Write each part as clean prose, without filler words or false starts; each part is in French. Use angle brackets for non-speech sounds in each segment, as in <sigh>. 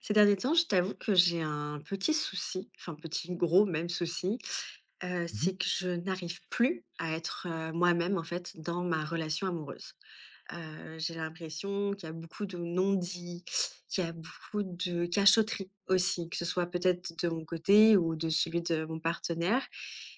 Ces derniers temps, je t'avoue que j'ai un petit souci, enfin petit, gros même souci, Mmh. c'est que je n'arrive plus à être, moi-même en fait dans ma relation amoureuse. J'ai l'impression qu'il y a beaucoup de non-dits, qu'il y a beaucoup de cachotterie aussi, que ce soit peut-être de mon côté ou de celui de mon partenaire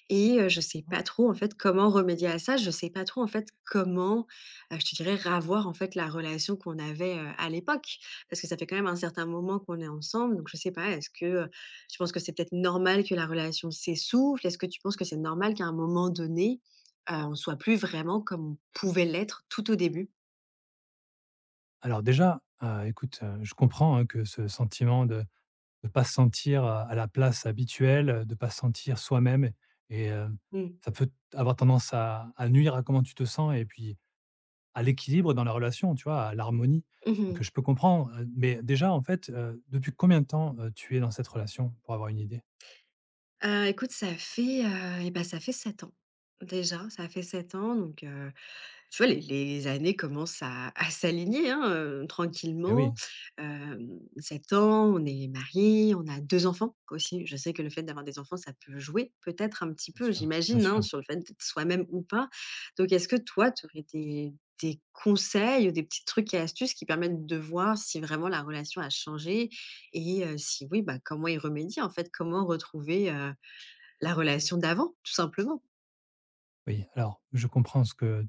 et je sais pas trop en fait comment remédier à ça. Je sais pas trop en fait comment, je te dirais ravoir en fait la relation qu'on avait, à l'époque. Parce que ça fait quand même un certain moment qu'on est ensemble donc je sais pas, est-ce que, tu penses que c'est peut-être normal que la relation s'essouffle? Est-ce que tu penses que c'est normal qu'à un moment donné, on soit plus vraiment comme on pouvait l'être tout au début? Alors déjà, écoute, je comprends, hein, que ce sentiment de ne pas se sentir, à la place habituelle, de ne pas se sentir soi-même et Mmh. ça peut avoir tendance à nuire à comment tu te sens et puis à l'équilibre dans la relation, tu vois? À l'harmonie. Mmh Donc mh. Je peux comprendre, mais déjà, en fait, depuis combien de temps, tu es dans cette relation? Pour avoir une idée? Écoute, ça fait, ça fait 7 ans. Déjà, ça fait 7 ans donc. Tu vois, les années commencent à s'aligner, hein, Eh tranquillement. oui, 7 ans, on est marié, on a 2 enfants aussi. Je sais que le fait d'avoir des enfants, ça peut jouer peut-être un petit bien peu, sûr, bien j'imagine, hein, sûr. sur le fait d'être soi-même ou pas. Donc est-ce que toi, tu aurais des conseils ou des petits trucs et astuces qui permettent de voir si vraiment la relation a changé et si oui, bah, comment y remédier, en fait? Comment retrouver, la relation d'avant, tout simplement? Oui, alors je comprends ce que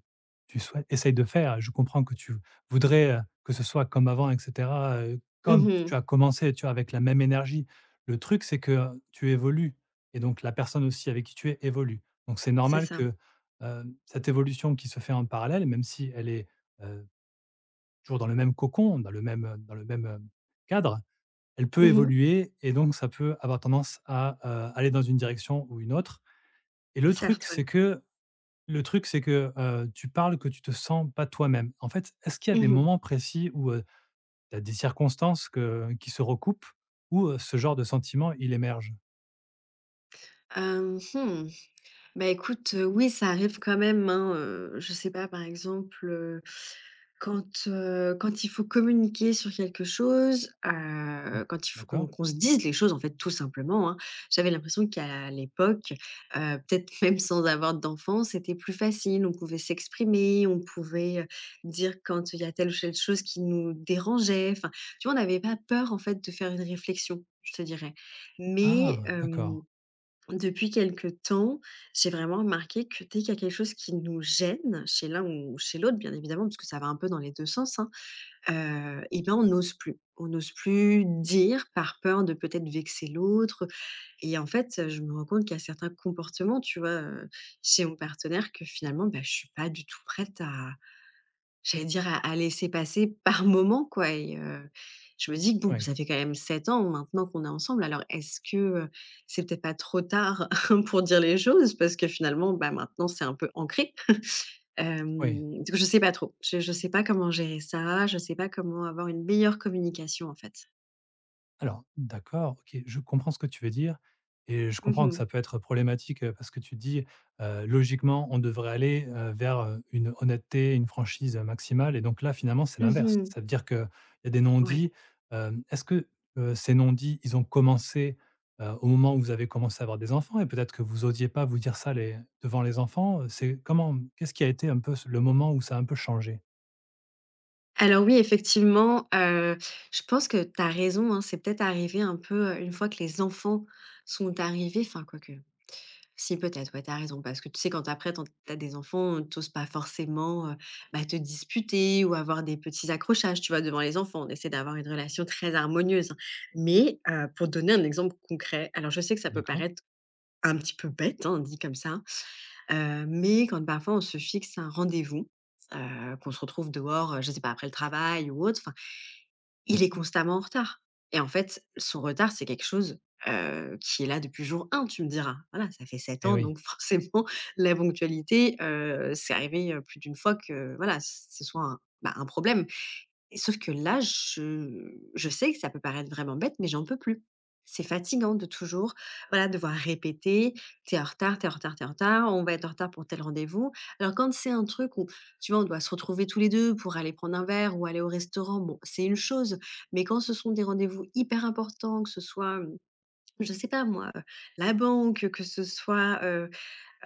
tu souhaites essayes de faire. Je comprends que tu voudrais, que ce soit comme avant et cetera, comme tu Mmh as commencé, tu vois, avec la même énergie. Le truc, c'est que, tu évolues et donc la personne aussi avec qui tu es évolue. Donc c'est C'est normal ça. que, cette évolution qui se fait en parallèle, même si elle est, heu, toujours dans le même cocon, dans le même, cadre, elle peut Mmh évoluer et donc ça peut avoir tendance à, aller dans une direction ou une autre et le truc, Certes, ouais. c'est que, tu parles que tu te sens pas toi-même. En fait, est-ce qu'il y a des Mmh moments précis où, tu as des circonstances que qui se recoupent, où, ce genre de sentiment, il émerge? Hem, mmh, bah, écoute, oui, ça arrive quand même, hein, je sais pas, par exemple, quand, quand il faut communiquer sur quelque chose, Mmh. Quand il faut qu'on D'accord. qu'on se dise les choses, en fait, tout simplement, hein. J'avais l'impression qu'à l'époque, heu, peut-être <laughs> même sans avoir d'enfant, c'était plus facile. On pouvait s'exprimer, on pouvait, dire quand il y a telle ou telle chose qui nous dérangeait. Enfin, tu vois, on n'avait pas peur, en fait, de faire une réflexion, je te dirais. Mais, Ah! D'accord. depuis quelque temps, j'ai vraiment remarqué que dès qu'il y a quelque chose qui nous gêne, chez l'un ou chez l'autre bien évidemment, parce que ça va un peu dans les 2 sens, hein, et ben, on n'ose plus. On n'ose plus dire par peur de peut-être vexer l'autre et en fait, je me rends compte qu'il y a certains comportements, tu vois, chez mon partenaire que finalement, bah, je suis pas du tout prête à J'allais dire à laisser passer <laughs> par moment, quoi et je me dis que bon, Oui, ça fait quand même 7 ans maintenant qu'on est ensemble, alors est-ce que, heu, c'est peut-être pas trop tard <laughs> pour dire les choses? Parce que finalement, bah, maintenant c'est un peu ancré. oui. Donc je sais pas trop. Je sais pas comment gérer ça, je sais pas comment avoir une meilleure communication, en fait. Alors, d'accord, OK, je comprends ce que tu veux dire et je Mmh comprends que mh. ça peut être problématique, parce que tu dis, logiquement, on devrait aller, vers, une honnêteté, une franchise, maximale et donc là, finalement, c'est l'inverse. Mmh Ça veut dire qu'il y a des Ouais. non-dits, est-ce que, ces non-dits, ils ont commencé, au moment où vous avez commencé à avoir des enfants et peut-être que vous osiez pas vous dire ça les devant les enfants, c'est comment qu'est-ce qui a été un peu ce le moment où ça a un peu changé? Alors oui, effectivement, je pense que tu as raison, hein, c'est peut-être arrivé un peu, une fois que les enfants sont arrivés, enfin quoique Si peut-être, ouais, t'as raison, parce que tu sais, quand après, t'en tu des enfants, pas forcément, bah, te disputer ou avoir des petits accrochages, tu vois, devant les enfants. On essaie d'avoir une relation très harmonieuse, hein. Mais, pour donner un exemple concret, alors je sais que ça peut D'accord, paraître un petit peu bête, hein, dit comme ça, mais quand parfois on se fixe un rendez-vous, qu'on se retrouve dehors, je sais pas, après le travail ou autre, il est d'accord. constamment en retard et en fait, son retard, c'est quelque chose, qui est là depuis jour un tu me diras. Voilà, ça fait sept Et ans oui, donc <laughs> forcément la ponctualité, c'est arrivé, plus d'une fois que voilà, ce soit un, bah, un problème. Et sauf que là, je sais que ça peut paraître vraiment bête, mais j'en peux plus. C'est fatigant de toujours, voilà, devoir répéter: t'es en retard, t'es en retard, t'es en retard, on va être en retard pour tel rendez-vous». Alors quand c'est un truc où, tu vois, on doit se retrouver tous les 2 pour aller prendre un verre ou aller au restaurant, bon, c'est une chose. Mais quand ce sont des rendez-vous hyper importants, que ce soit, je sais pas moi, la banque, que ce soit,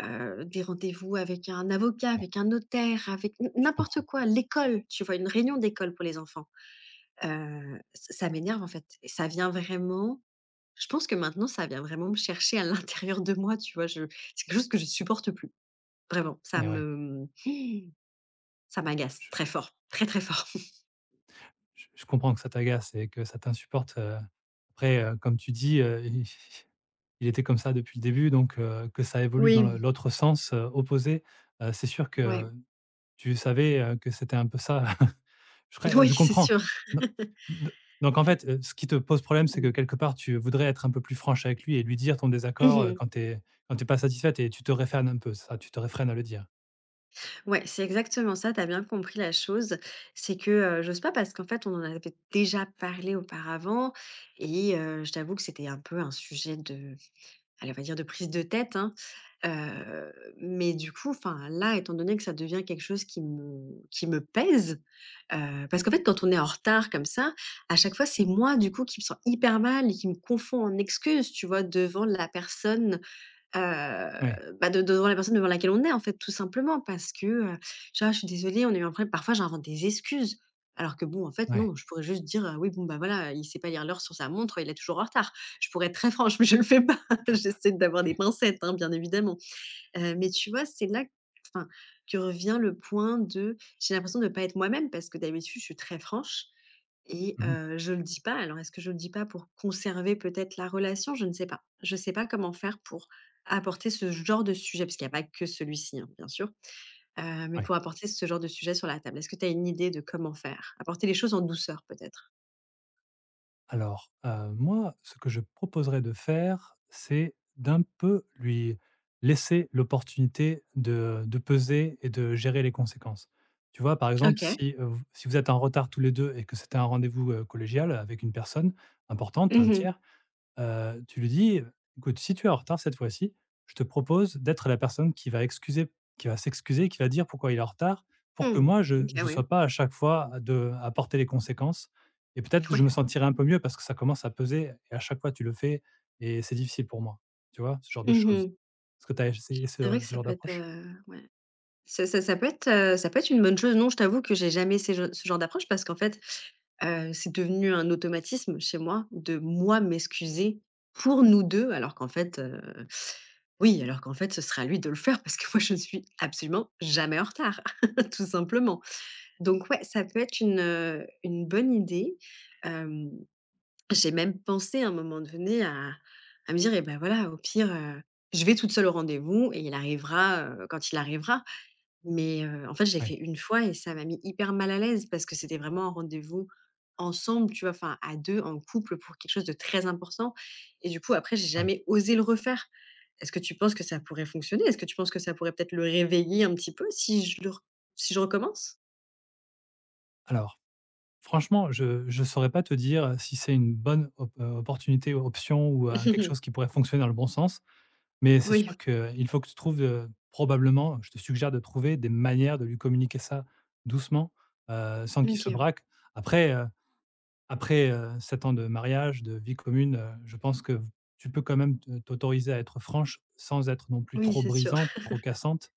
des rendez-vous avec un avocat, ouais, avec un notaire, avec je n'importe comprends. quoi, l'école, tu vois? Une réunion d'école pour les enfants. Ç ça m'énerve en fait et ça vient vraiment je pense que maintenant ça vient vraiment me chercher à l'intérieur de moi, tu vois? Je c'est quelque chose que je supporte plus, vraiment. Et ouais, Ça m'agace très fort, très, très fort. <laughs> je comprends que ça t'agace et que ça t'insupporte, après, comme tu dis, i il était comme ça depuis le début donc que ça évolue dans le Oui, l'autre sens, opposé, c'est sûr ouais. que tu savais, que c'était un peu ça. <laughs> Oui, je c'est comprends. sûr. Do do Donc en fait, ce qui te pose problème, c'est que quelque part, tu voudrais être un peu plus franche avec lui et lui dire ton Mmh désaccord, mh. quand tu es quand tu pas satisfaite et tu te réfrènes un peu, c'est ça? Tu te réfrènes à le dire? Ouais, c'est exactement ça, tu as bien compris la chose. C'est que, j'ose pas parce qu'en fait on en avait déjà parlé auparavant et je t'avoue que c'était un peu un sujet de Alors on va dire de prise de tête, hein, heu, mais du coup, enfin, là, étant donné que ça devient quelque chose qui me pèse, parce qu'en fait, quand on est en retard comme ça, à chaque fois, c'est moi, du coup, qui me sens hyper mal et qui me confond en excuse, tu vois? Devant la personne, Oui, bah, de devant la personne devant laquelle on est, en fait, tout simplement. Parce que, tu «Je suis désolée, on a eu un problème». Parfois, j'invente des excuses. Alors que bon, en fait, oui. non, je pourrais juste dire, «Oui, bon, bah, voilà, il sait pas lire l'heure sur sa montre, il est toujours en retard». Je pourrais être très franche, <laughs> mais je le fais pas. <laughs> J'essaie d'avoir des OK. pincettes, hein, bien évidemment. Mais tu vois, c'est là, enfin, que revient le point de j'ai l'impression de ne pas être moi-même parce que d'habitude, je suis très franche et Mmh, je ne le dis pas. Alors est-ce que je ne le dis pas pour conserver peut-être la relation? Je ne sais pas. Je ne sais pas comment faire pour apporter ce genre de sujet, parce qu'il n'y a pas que celui-ci, hein, bien sûr, mais ouais. pour apporter ce genre de sujet sur la table. Est-ce que tu as une idée de comment faire? Apporter les choses en douceur peut-être? Alors, moi, ce que je proposerais de faire, c'est d'un peu lui laisser l'opportunité de peser et de gérer les conséquences. Tu vois? Par exemple, OK. si, v si vous êtes en retard tous les 2 et que c'était un rendez-vous, collégial avec une personne importante, Mmh un mh. tiers. Tu lui dis: «Écoute, si tu es en retard cette fois-ci, je te propose d'être la personne qui va s'excuser, qui va dire pourquoi il est en retard, pour que Mmh. moi je OK, ne oui. sois pas à chaque fois de à porter les conséquences et peut-être je Ouais. me sentirai un peu mieux parce que ça commence à peser et à chaque fois tu le fais et c'est difficile pour moi». Tu vois? Ce genre de choses. Mmh Est-ce que tu as essayé C'est vrai ce que ce ça genre peut être, d'approche? Ouais. Ça peut être, ça peut être une bonne chose. Non, je t'avoue que j'ai jamais ces gen ce genre d'approche parce qu'en fait, c'est devenu un automatisme chez moi de moi m'excuser pour nous 2, alors qu'en fait, oui, alors qu'en fait, ce serait à lui de le faire parce que <laughs> moi, je ne suis absolument jamais en retard, <laughs> tout simplement. Donc ouais, ça peut être une bonne idée. Hem, j'ai même pensé à un moment donné à me dire: «Et ben voilà, au pire, je vais toute seule au rendez-vous et il arrivera, quand il arrivera». Mais en fait, je l'ai fait Oui, une fois et ça m'a mis hyper mal à l'aise parce que c'était vraiment un rendez-vous ensemble, tu vois? Enfin à 2, en couple pour quelque chose de très important et du coup après j'ai oui. jamais osé le refaire. Est-ce que tu penses que ça pourrait fonctionner? Est-ce que tu penses que ça pourrait peut-être le réveiller un petit peu si je le re si je recommence? Alors franchement, je ne saurais pas te dire si c'est une bonne op opportunité, option ou, quelque chose qui <laughs> pourrait fonctionner dans le bon sens. Mais c'est Oui, sûr qu'il faut que tu trouves, probablement, je te suggère de trouver des manières de lui communiquer ça doucement, sans qu'il se OK. braque. Après, 7 ans de mariage, de vie commune, je pense que tu peux quand même te t'autoriser à être franche sans être non plus Oui, trop c'est sûr. brisante, trop cassante.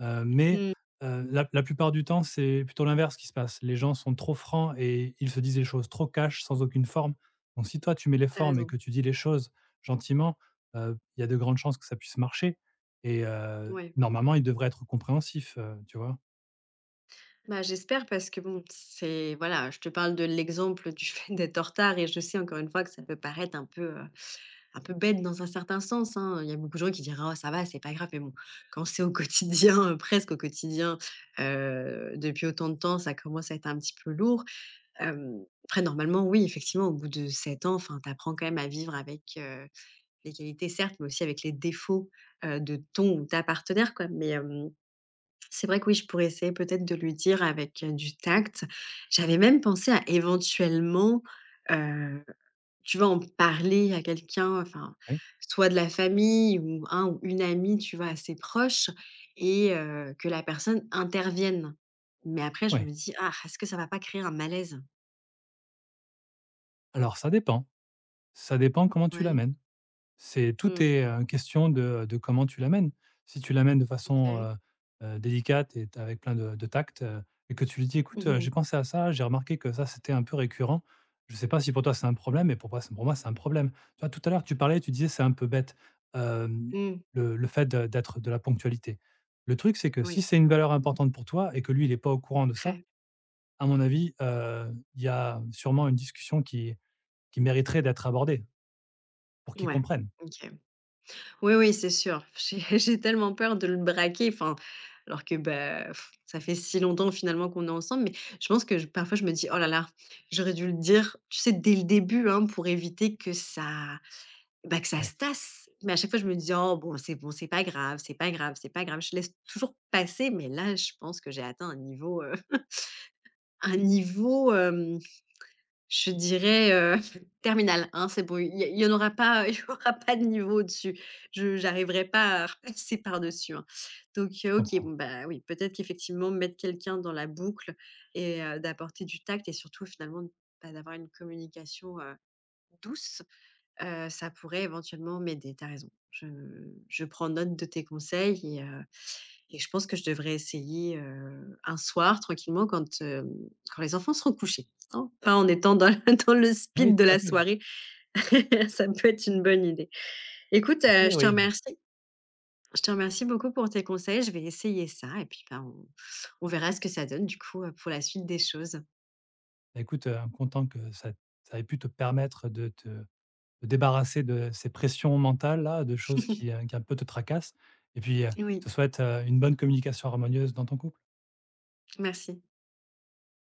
Mais Mmh, la plupart du temps, c'est plutôt l'inverse qui se passe. Les gens sont trop francs et ils se disent les choses trop cash, sans aucune forme. Donc si toi, tu mets les tu formes et raison. que tu dis les choses gentiment, il y a de grandes chances que ça puisse marcher et Ouais. normalement, il devrait être compréhensif, tu vois? Bah, j'espère parce que bon, c'est voilà, je te parle de l'exemple du <laughs> fait d'être en retard et je sais encore une fois que ça peut paraître un peu, Un peu bête dans un certain sens, hein, il y a beaucoup de gens qui diraient: «Oh ça va, c'est pas grave», mais bon, quand c'est au quotidien, <laughs> presque au quotidien, depuis autant de temps, ça commence à être un petit peu lourd. Après normalement, oui, effectivement, au bout de 7 ans, enfin, tu apprends quand même à vivre avec, les qualités certes, mais aussi avec les défauts, de ton ou ta partenaire quoi, mais c'est vrai que oui, je pourrais essayer peut-être de lui dire avec, du tact. J'avais même pensé à éventuellement, tu vas en parler à quelqu'un, enfin, Oui. soit de la famille ou un ou une amie, tu vois, assez proche et que la personne intervienne. Mais après je me Ouais, dis: «Ah, est-ce que ça va pas créer un malaise?» alors ça dépend. Ça dépend comment tu Ouais. l'amènes. C'est tout Mmh. est, question de comment tu l'amènes. Si tu l'amènes de façon, OK. Délicate et avec plein de tact, et que tu lui dis: «Écoute, Mmh j'ai mh. pensé à ça, j'ai remarqué que ça, c'était un peu récurrent. Je sais pas si pour toi c'est un problème, mais pour moi c'est un problème». Tu vois, tout à l'heure, tu parlais, tu disais: «C'est un peu bête», hem, Mmh. le fait de la ponctualité. Le truc, c'est que si Oui, c'est une valeur importante pour toi et que lui, il est pas au courant de ça, très. à mon avis, il y a sûrement une discussion qui mériterait d'être abordée pour qu'il Ouais. comprenne. OK. Oui, oui, c'est sûr. <laughs> J'ai tellement peur de le braquer, enfin, alors que, bah, pff, ça fait si longtemps finalement qu'on est ensemble, mais je pense que je parfois je me dis: «Oh là là, j'aurais dû le dire», tu sais, dès le début, hein, pour éviter que ça Bah, que ça Ouais, se tasse, mais à chaque fois je me dis: «Oh bon, c'est pas grave, c'est pas grave, c'est pas grave». Je laisse toujours passer, mais là, je pense que j'ai atteint un niveau, <laughs> un niveau, je dirais, <laughs> terminal, hein, c'est bon, il y en aura pas <laughs> il y aura pas de niveau au-dessus. Je j'arriverai pas à <laughs> repasser par-dessus, hein. Donc je OK, bon, comprends. bah, oui, peut-être qu'effectivement mettre quelqu'un dans la boucle et d'apporter du tact et surtout finalement, bah, d'avoir une communication, douce ça pourrait éventuellement m'aider, t'as raison. Je prends note de tes conseils et je pense que je devrais essayer, un soir tranquillement quand, quand les enfants seront couchés, hein, pas en étant dans <laughs> dans le Oui, speed de tout la à fait. soirée. <laughs> Ça peut être une bonne idée. Écoute, Après, je te oui, remercie. Je te remercie beaucoup pour tes conseils. Je vais essayer ça et puis, ben, on verra ce que ça donne du coup, pour la suite des choses. bah, écoute, content que ça ait pu te permettre de te de débarrasser de ces pressions mentales-là, de choses qui un peu te tracassent et puis, Oui, je te souhaite, une bonne communication harmonieuse dans ton couple. merci.